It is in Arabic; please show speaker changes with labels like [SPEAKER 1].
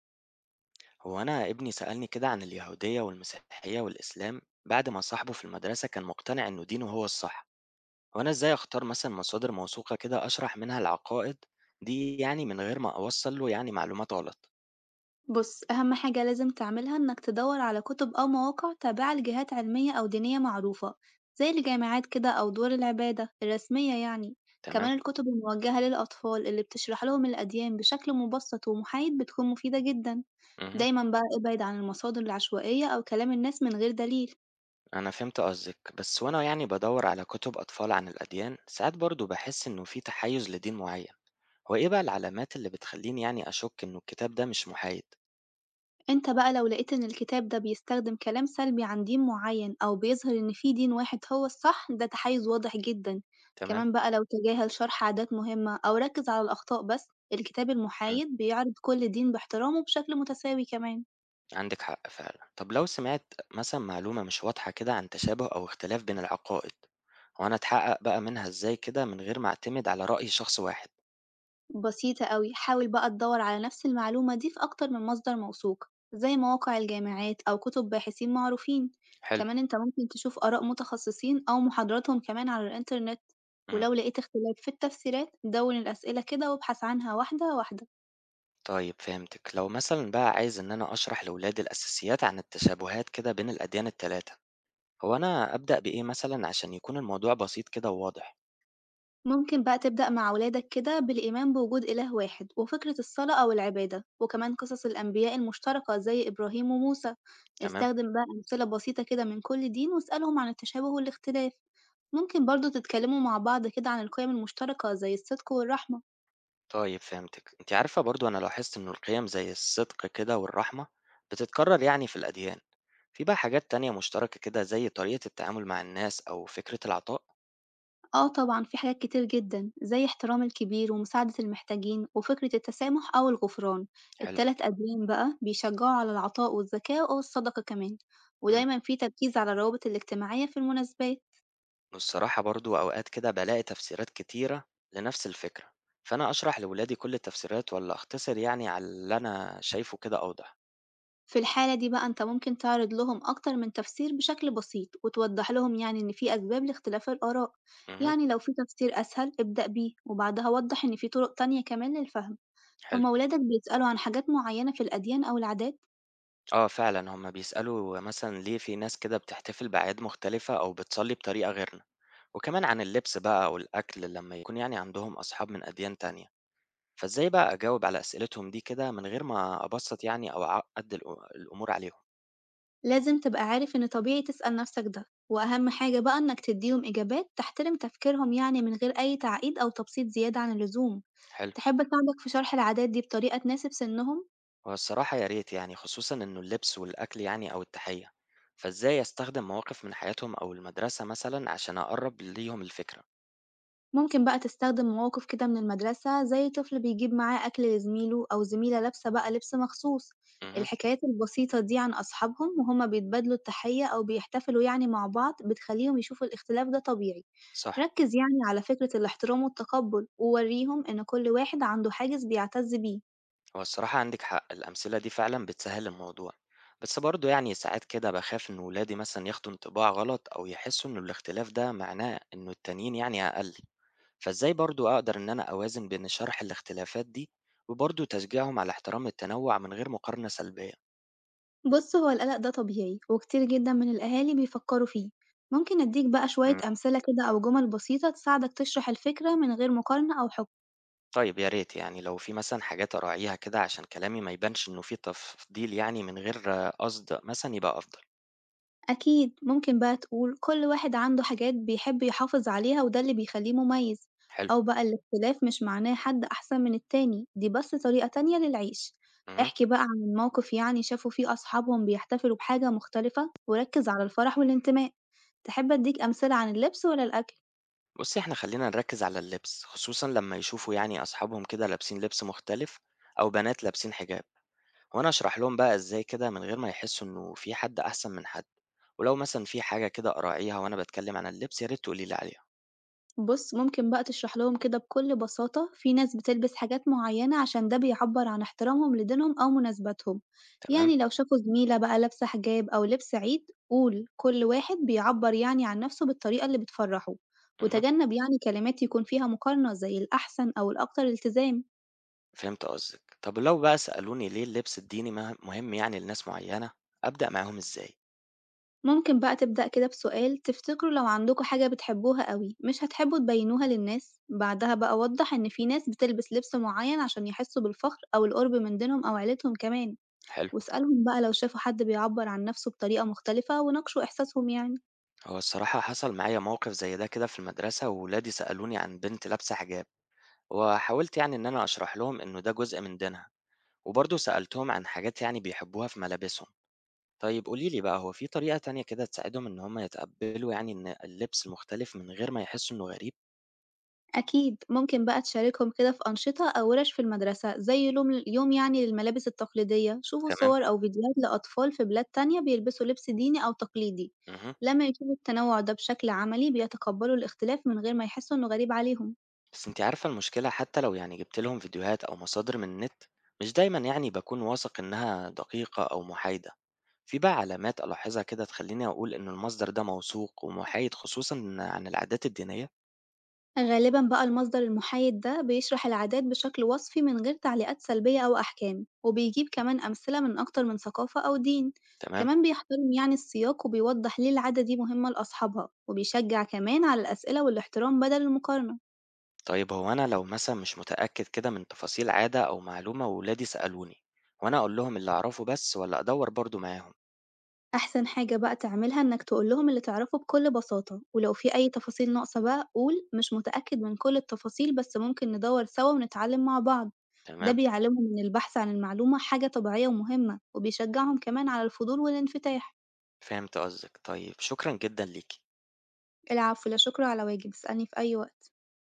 [SPEAKER 1] هو أنا ابني سألني كده عن اليهودية والمسيحية والإسلام بعد ما صاحبه في المدرسة كان مقتنع إنه دينه هو الصح، وأنا إزاي أختار مثلا مصادر موثوقة كده أشرح منها العقائد دي يعني من غير ما أوصل له يعني معلومات غلط،
[SPEAKER 2] بص، أهم حاجة لازم تعملها إنك تدور على كتب أو مواقع تابعة لجهات علمية أو دينية معروفة زي الجامعات كده أو دور العبادة الرسمية يعني.
[SPEAKER 1] تمام؟
[SPEAKER 2] كمان الكتب الموجهة للأطفال اللي بتشرح لهم الأديان بشكل مبسط ومحايد بتكون مفيدة جدا.
[SPEAKER 1] مهم.
[SPEAKER 2] دايما بقى ابعد عن المصادر العشوائية أو كلام الناس من غير دليل.
[SPEAKER 1] أنا فهمت قصدك، بس وأنا يعني بدور على كتب أطفال عن الأديان ساعات برضو بحس إنه في تحيز لدين معين، هو إيه بقى العلامات اللي بتخليني يعني أشك إنه الكتاب ده مش محايد،
[SPEAKER 2] أنت بقى لو لقيت إن الكتاب ده بيستخدم كلام سلبي عن دين معين أو بيظهر إن في دين واحد هو الصح، ده تحيز واضح جدا،
[SPEAKER 1] تمام؟
[SPEAKER 2] كمان بقى لو تجاهل شرح عادات مهمة أو ركز على الأخطاء بس. الكتاب المحايد بيعرض كل دين باحترامه بشكل متساوي كمان.
[SPEAKER 1] عندِك حق فعلًا. طب لو سمعت مثلًا معلومة مش واضحة كده عن تشابه أو اختلاف بين العقائد، هو أنا أتحقق بقى منها إزاي كده من غير ما أعتمد على رأي شخص واحد؟
[SPEAKER 2] بسيطة أوي، حاول بقى تدور على نفس المعلومة دي في أكتر من مصدر موثوق زي مواقع الجامعات أو كتب باحثين معروفين،
[SPEAKER 1] حلو،
[SPEAKER 2] كمان أنت ممكن تشوف آراء متخصصين أو محاضراتهم كمان على الإنترنت،
[SPEAKER 1] إمم،
[SPEAKER 2] ولو لقيت اختلاف في التفسيرات دون الأسئلة كده وابحث عنها واحدة واحدة.
[SPEAKER 1] طيب فهمتِك. لو مثلًا بقى عايز إن أنا أشرح لولادي الأساسيات عن التشابهات كده بين الأديان ال3، هو أنا أبدأ بإيه مثلًا عشان يكون الموضوع بسيط كده وواضح؟
[SPEAKER 2] ممكن بقى تبدأ مع ولادك كده بالإيمان بوجود إله واحد وفكرة الصلاة أو العبادة، وكمان قصص الأنبياء المشتركة زي إبراهيم وموسى.
[SPEAKER 1] تمام.
[SPEAKER 2] استخدم بقى أمثلة بسيطة كده من كل دين واسألهم عن التشابه والاختلاف. ممكن برضه تتكلموا مع بعض كده عن القيم المشتركة زي الصدق والرحمة.
[SPEAKER 1] طيب فهمتِك. أنتِ عارفة برضه أنا لاحظت إنه القيم زي الصدق كده والرحمة بتتكرر يعني في الأديان. في بقى حاجات تانية مشتركة كده زي طريقة التعامل مع الناس أو فكرة العطاء؟
[SPEAKER 2] آه طبعًا في حاجات كتير جدًا، زي احترام الكبير ومساعدة المحتاجين وفكرة التسامح أو الغفران،
[SPEAKER 1] حلو.
[SPEAKER 2] ال3 أديان بقى بيشجعوا على العطاء والزكاة والصدقة كمان،
[SPEAKER 1] إمم.
[SPEAKER 2] ودايمًا في تركيز على الروابط الاجتماعية في المناسبات.
[SPEAKER 1] والصراحة برضه أوقات كده بالاقي تفسيرات كتيرة لنفس الفكرة، فأنا أشرح لولادي كل التفسيرات والّا أختصر يعني على اللي أنا شايفه كده أوضح؟
[SPEAKER 2] في الحالة دي بقى أنت ممكن تعرض لهم أكتر من تفسير بشكل بسيط، وتوضح لهم يعني إن في أسباب لاختلاف الآراء،
[SPEAKER 1] اهم.
[SPEAKER 2] يعني لو في تفسير أسهل ابدأ بيه وبعدها وضح إن في طرق تانية كمان للفهم.
[SPEAKER 1] حلو.
[SPEAKER 2] هما ولادك بيسألوا عن حاجات معينة في الأديان أو العادات؟
[SPEAKER 1] آه فعلًا، هم بيسألوا مثلًا ليه في ناس كده بتحتفل بأعياد مختلفة أو بتصلي بطريقة غيرنا، وكمان عن اللبس بقى أو الأكل لما يكون يعني عندهم أصحاب من أديان تانية، فإزاي بقى أجاوب على أسئلتهم دي كده من غير ما أبسط يعني أو أعقد الأمور عليهم؟
[SPEAKER 2] لازم تبقى عارف إن طبيعي تسأل نفسك ده، وأهم حاجة بقى إنك تديهم إجابات تحترم تفكيرهم يعني من غير أي تعقيد أو تبسيط زيادة عن اللزوم.
[SPEAKER 1] حلو،
[SPEAKER 2] تحب أساعدك في شرح العادات دي بطريقة تناسب سنهم؟
[SPEAKER 1] هو الصراحة يا ريت يعني خصوصًا إنه اللبس والأكل يعني أو التحية، فإزاي أستخدم مواقف من حياتهم أو المدرسة مثلًا عشان أقرب ليهم الفكرة؟
[SPEAKER 2] ممكن بقى تستخدم مواقف كده من المدرسة زي طفل بيجيب معاه أكل لزميله أو زميلة لابسة بقى لبس مخصوص.
[SPEAKER 1] اهم،
[SPEAKER 2] الحكايات البسيطة دي عن أصحابهم وهما بيتبادلوا التحية أو بيحتفلوا يعني مع بعض بتخليهم يشوفوا الاختلاف ده طبيعي.
[SPEAKER 1] صح.
[SPEAKER 2] ركز يعني على فكرة الاحترام والتقبل ووريهم إن كل واحد عنده حاجز بيعتز بيه.
[SPEAKER 1] هو الصراحة عندِك حق، الأمثلة دي فعلًا بتسهِّل الموضوع، بس برضه يعني ساعات كده باخاف إن ولادي مثلًا ياخدوا انطباع غلط أو يحسّوا إنه الاختلاف ده معناه إنه التانيين يعني أقل، فإزاي برضه أقدر إن أنا أوازن بين شرح الاختلافات دي وبرضه تشجيعهم على احترام التنوُّع من غير مقارنة سلبية؟
[SPEAKER 2] بص، هو القلق ده طبيعي وكتير جدا من الأهالي بيفكروا فيه. ممكن أديك بقى شوية
[SPEAKER 1] إمم،
[SPEAKER 2] أمثلة كده أو جمل بسيطة تساعدك تشرح الفكرة من غير مقارنة أو حكم.
[SPEAKER 1] طيب يا ريت يعني لو في مثلًا حاجات أراعيها كده عشان كلامي ما يبانش إنه في تفضيل يعني من غير آه، قصد مثلًا يبقى أفضل،
[SPEAKER 2] أكيد ممكن بقى تقول كل واحد عنده حاجات بيحب يحافظ عليها وده اللي بيخليه مميز.
[SPEAKER 1] حلو.
[SPEAKER 2] أو بقى الاختلاف مش معناه حد أحسن من التاني، دي بس طريقة تانية للعيش.
[SPEAKER 1] اهم.
[SPEAKER 2] احكي بقى عن موقف يعني شافوا فيه أصحابهم بيحتفلوا بحاجة مختلفة وركز على الفرح والانتماء. تحب أديك أمثلة عن اللبس ولا الأكل؟
[SPEAKER 1] بُصّي، إحنا خلّينا نركّز على اللبس، خصوصًا لمّا يشوفوا يعني أصحابهم كده لابسين لبس مختلف أو بنات لابسين حجاب، وأنا أشرح لهم بقى إزاي كده من غير ما يحسّوا إنه في حد أحسن من حد، ولو مثلًا في حاجة كده أراعيها وأنا باتكلّم عن اللبس يا ريت تقولي لي عليها،
[SPEAKER 2] بُص، ممكن بقى تشرح لهم كده بكل بساطة في ناس بتلبس حاجات معينة عشان ده بيعبّر عن احترامهم لدينهم أو مناسباتهم،
[SPEAKER 1] تمام،
[SPEAKER 2] يعني لو شافوا زميلة بقى لابسة حجاب أو لبس عيد قول كل واحد بيعبّر يعني عن نفسه بالطريقة اللي بتفرحه،
[SPEAKER 1] اهم،
[SPEAKER 2] وتجنب يعني كلمات يكون فيها مقارنة زي الأحسن أو الأكتر التزام.
[SPEAKER 1] فهمت قصدِك. طَب لو بقى سألوني ليه اللبس الديني مهم يعني لناس معيّنة، أبدأ معاهم إزاي؟
[SPEAKER 2] ممكن بقى تبدأ كده بسؤال: تفتكروا لو عندكم حاجة بتحبوها أوي مش هتحبوا تبينوها للناس؟ بعدها بقى وضّح إن في ناس بتلبس لبس معين عشان يحسوا بالفخر أو القرب من دينهم أو عيلتهم كمان.
[SPEAKER 1] حلو،
[SPEAKER 2] واسألهم بقى لو شافوا حد بيعبّر عن نَفْسه بطريقة مختلفة وناقشوا إحساسهم يعني.
[SPEAKER 1] هو الصراحة حصل معايا موقف زي ده كده في المدرسة وولادي سألوني عن بنت لابسة حجاب، وحاولت يعني إن أنا أشرح لهم إنه ده جزء من دينها، وبرضه سألتهم عن حاجات يعني بيحبوها في ملابسهم. طيب قولي لي بقى هو في طريقة تانية كده تساعدهم إن هم يتقبلوا يعني إن اللبس المختلف من غير ما يحسوا إنه غريب؟
[SPEAKER 2] أكيد، ممكن بقى تشاركهم كده في أنشطة أو ورش في المدرسة زي لوم يوم يعني للملابس التقليدية، شوفوا
[SPEAKER 1] تمام.
[SPEAKER 2] صور أو فيديوهات لأطفال في بلاد تانية بيلبسوا لبس ديني أو تقليدي.
[SPEAKER 1] مهم.
[SPEAKER 2] لمّا يشوفوا التنوع ده بشكل عملي بيتقبّلوا الاختلاف من غير ما يحسوا إنه غريب عليهم.
[SPEAKER 1] بس أنت عارفة المشكلة حتى لو يعني جبت لهم فيديوهات أو مصادر من النت مش دايما يعني بكون واثق إنها دقيقة أو محايدة. في بقى علامات ألاحظها كده تخليني أقول إن المصدر ده موثوق ومحايد خصوصا عن العادات الدينية؟
[SPEAKER 2] غالبًا بقى المصدر المحايد ده بيشرح العادات بشكل وصفي من غير تعليقات سلبية أو أحكام، وبيجيب كمان أمثلة من أكتر من ثقافة أو دين،
[SPEAKER 1] تمام.
[SPEAKER 2] كمان بيحترم يعني السياق وبيوضح ليه العادة دي مهمة لأصحابها، وبيشجع كمان على الأسئلة والاحترام بدل المقارنة.
[SPEAKER 1] طيب هو أنا لو مثلا مش متأكد كده من تفاصيل عادة أو معلومة وولادي سألوني وأنا أقول لهم اللي أعرفه بس ولا أدور برضو معاهم؟
[SPEAKER 2] أحسن حاجة بقى تعملها إنك تقول لهم اللي تعرفه بكل بساطة، ولو في أي تفاصيل ناقصة بقى قول مش متأكد من كل التفاصيل بس ممكن ندور سوا ونتعلم مع بعض. ده
[SPEAKER 1] تمام.
[SPEAKER 2] بيعلمهم إن البحث عن المعلومة حاجة طبيعية ومهمة، وبيشجعهم كمان على الفضول والانفتاح.
[SPEAKER 1] فهمت قصدك. طيب شكرا جدا ليكي.
[SPEAKER 2] العفو، لا شكر على واجب، اسألني في أي وقت.